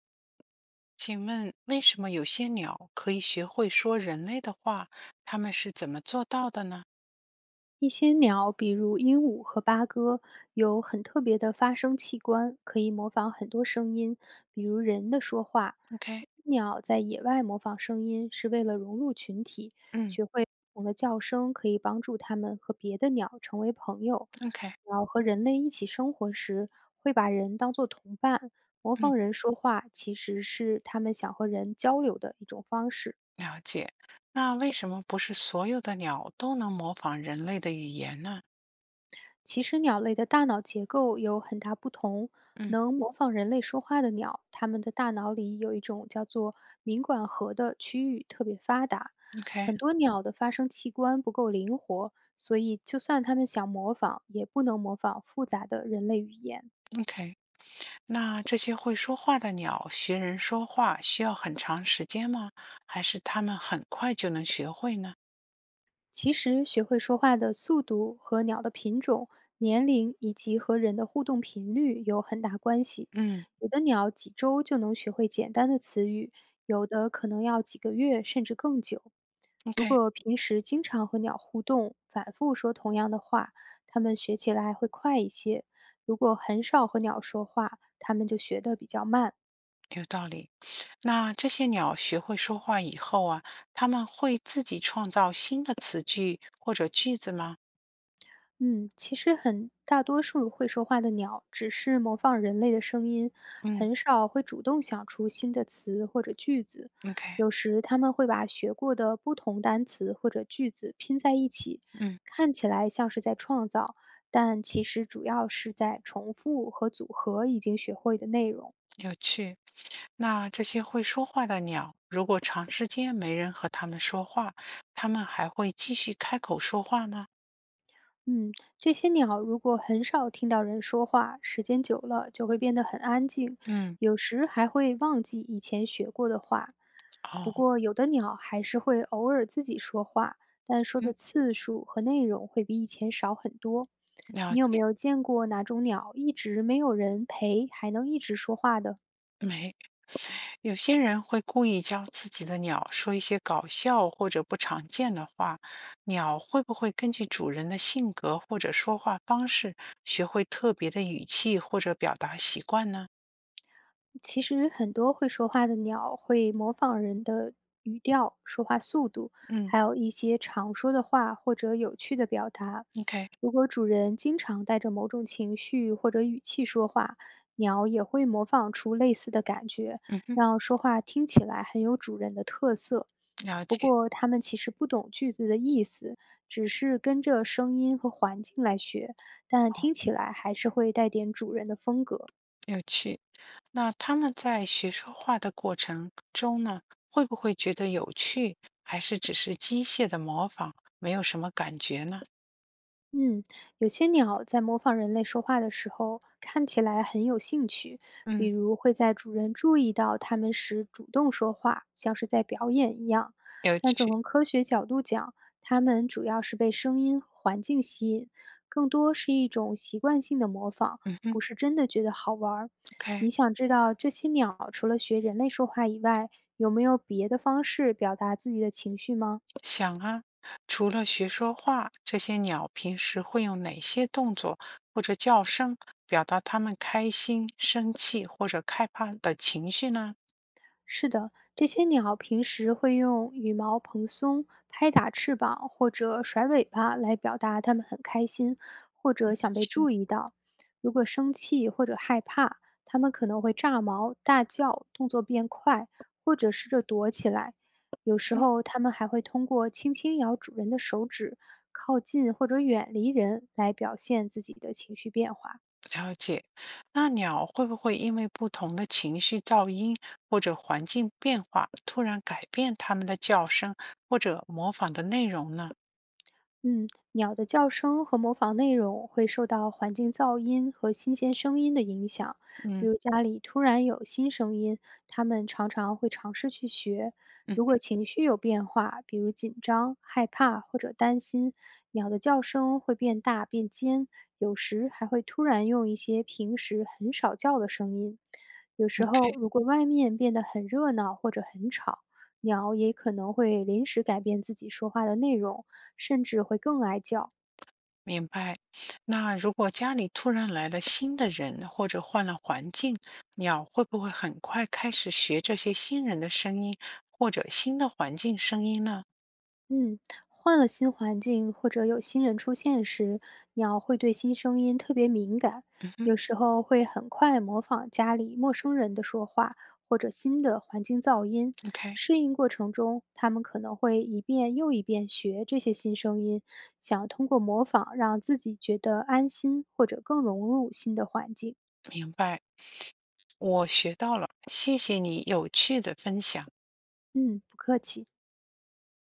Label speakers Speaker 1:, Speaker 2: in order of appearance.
Speaker 1: 请问为什么有些鸟可以学会说人类的话？它们是怎么做到的呢
Speaker 2: 一些鸟，比如鹦鹉和八哥，有很特别的发声器官，可以模仿很多声音，比如人的说话。
Speaker 1: ？OK。
Speaker 2: 这些鸟在野外模仿声音是为了融入群体，
Speaker 1: 嗯
Speaker 2: 学会不同的叫声可以帮助它们和别的鸟成为朋友。
Speaker 1: ，OK。
Speaker 2: 鸟和人类一起生活时，会把人当作同伴，模
Speaker 1: 嗯，
Speaker 2: 仿人说话其实是它们想和人交流的一种方式。
Speaker 1: 了解。那为什么不是所有的鸟都能模仿人类的语言呢？
Speaker 2: 其实鸟类的大脑结构有很大不同，
Speaker 1: 嗯
Speaker 2: 能模仿人类说话的鸟，它们的大脑里有一种叫做鸣管核的区域特别发达。很多鸟的发声器官不够灵活，所以就算它们想模仿，也不能模仿复杂的人类语言。
Speaker 1: ，OK，OK。那这些会说话的鸟学人说话需要很长时间吗？还是它们很快就能学会呢？
Speaker 2: 其实，学会说话的速度和鸟的品种、年龄以及和人的互动频率有很大关系。
Speaker 1: 嗯
Speaker 2: 有的鸟几周就能学会简单的词语，有的可能要几个月甚至更久。如
Speaker 1: ，OK。
Speaker 2: 果平时经常和鸟互动，反复说同样的话，它们学起来会快一些；如果很少和鸟说话，它们就学得比较慢。
Speaker 1: 有道理。那这些鸟学会说话以后啊，它们会自己创造新的词句或者句子吗？
Speaker 2: 嗯，其实很大多数会说话的鸟只是模仿人类的声音，
Speaker 1: 嗯
Speaker 2: 很少会主动想出新的词或者句子。
Speaker 1: ，OK。
Speaker 2: 有时他们会把学过的不同单词或者句子拼在一起，
Speaker 1: 嗯。
Speaker 2: 看起来像是在创造，但其实主要是在重复和组合已经学会的内容。
Speaker 1: 有趣。那这些会说话的鸟，如果长时间没人和它们说话，它们还会继续开口说话吗？
Speaker 2: 嗯，这些鸟如果很少听到人说话，时间久了就会变得很安静，
Speaker 1: 嗯。
Speaker 2: 有时还会忘记以前学过的话。不
Speaker 1: 哦。
Speaker 2: 过，有的鸟还是会偶尔自己说话，但说的
Speaker 1: 嗯，
Speaker 2: 次数和内容会比以前少很多。
Speaker 1: 了
Speaker 2: 你有没
Speaker 1: 解。
Speaker 2: 有见过哪种鸟一直没有人陪，还能一直说话的？
Speaker 1: 没，有些人会故意教自己的鸟说一些搞笑或者不常见的话，鸟会不会根据主人的性格或者说话方式，学会特别的语气或者表达习惯呢？
Speaker 2: 其实很多会说话的鸟会模仿人的语调、说话速度，
Speaker 1: 嗯
Speaker 2: 还有一些常说的话或者有趣的表达。
Speaker 1: ，OK。
Speaker 2: 如果主人经常带着某种情绪或者语气说话，鸟也会模仿出类似的感觉，
Speaker 1: 嗯哼。
Speaker 2: 让说话听起来很有主人的特色。
Speaker 1: 了
Speaker 2: 不
Speaker 1: 解。
Speaker 2: 过，它们其实不懂句子的意思，只是跟着声音和环境来学，但听起来还是会带点主人的风格。
Speaker 1: 有趣。那他们在学说话的过程中呢，会不会觉得有趣，还是只是机械的模仿，没有什么感觉呢？
Speaker 2: 嗯，有些鸟在模仿人类说话的时候，看起来很有兴趣，比
Speaker 1: 嗯。
Speaker 2: 如会在主人注意到它们时主动说话，像是在表演一样。
Speaker 1: 有
Speaker 2: 但
Speaker 1: 趣。
Speaker 2: 从科学角度讲，它们主要是被声音、环境吸引，更多是一种习惯性的模仿，
Speaker 1: 嗯哼
Speaker 2: 不是真的觉得好玩儿。
Speaker 1: ，OK。
Speaker 2: 你想知道这些鸟除了学人类说话以外，有没有别的方式表达自己的情绪吗？
Speaker 1: 想啊，除了学说话，这些鸟平时会用哪些动作或者叫声表达它们开心、生气或者害怕的情绪呢？
Speaker 2: 是的，这些鸟平时会用羽毛蓬松、拍打翅膀或者甩尾巴来表达它们很开心，或者想被
Speaker 1: 去。
Speaker 2: 注意到。如果生气或者害怕，它们可能会炸毛、大叫，动作变快，或者试着躲起来。有时候，它们还会通过轻轻咬主人的手指、靠近或者远离人来表现自己的情绪变化。
Speaker 1: 了解。那鸟会不会因为不同的情绪噪音或者环境变化，突然改变它们的叫声或者模仿的内容呢？
Speaker 2: 嗯，鸟的叫声和模仿内容会受到环境噪音和新鲜声音的影响，比
Speaker 1: 嗯
Speaker 2: 如家里突然有新声音，它们常常会尝试去学。如
Speaker 1: 嗯。
Speaker 2: 果情绪有变化，比如紧张、害怕或者担心，鸟的叫声会变大变尖，有时还会突然用一些平时很少叫的声音。有时候，如果外面变得很热闹或者很吵，鸟也可能会临时改变自己说话的内容，甚至会更爱叫。
Speaker 1: 明白。那如果家里突然来了新的人，或者换了环境，鸟会不会很快开始学这些新人的声音，或者新的环境声音呢？
Speaker 2: 嗯，换了新环境或者有新人出现时，鸟会对新声音特别敏感，
Speaker 1: 嗯哼
Speaker 2: 有时候会很快模仿家里陌生人的说话或者新的环境噪音。
Speaker 1: ，OK。
Speaker 2: 适应过程中，它们可能会一遍又一遍学这些新声音，想通过模仿让自己觉得安心或者更融入新的环境。
Speaker 1: 明白，我学到了，谢谢你有趣的分享。
Speaker 2: 嗯，不客气。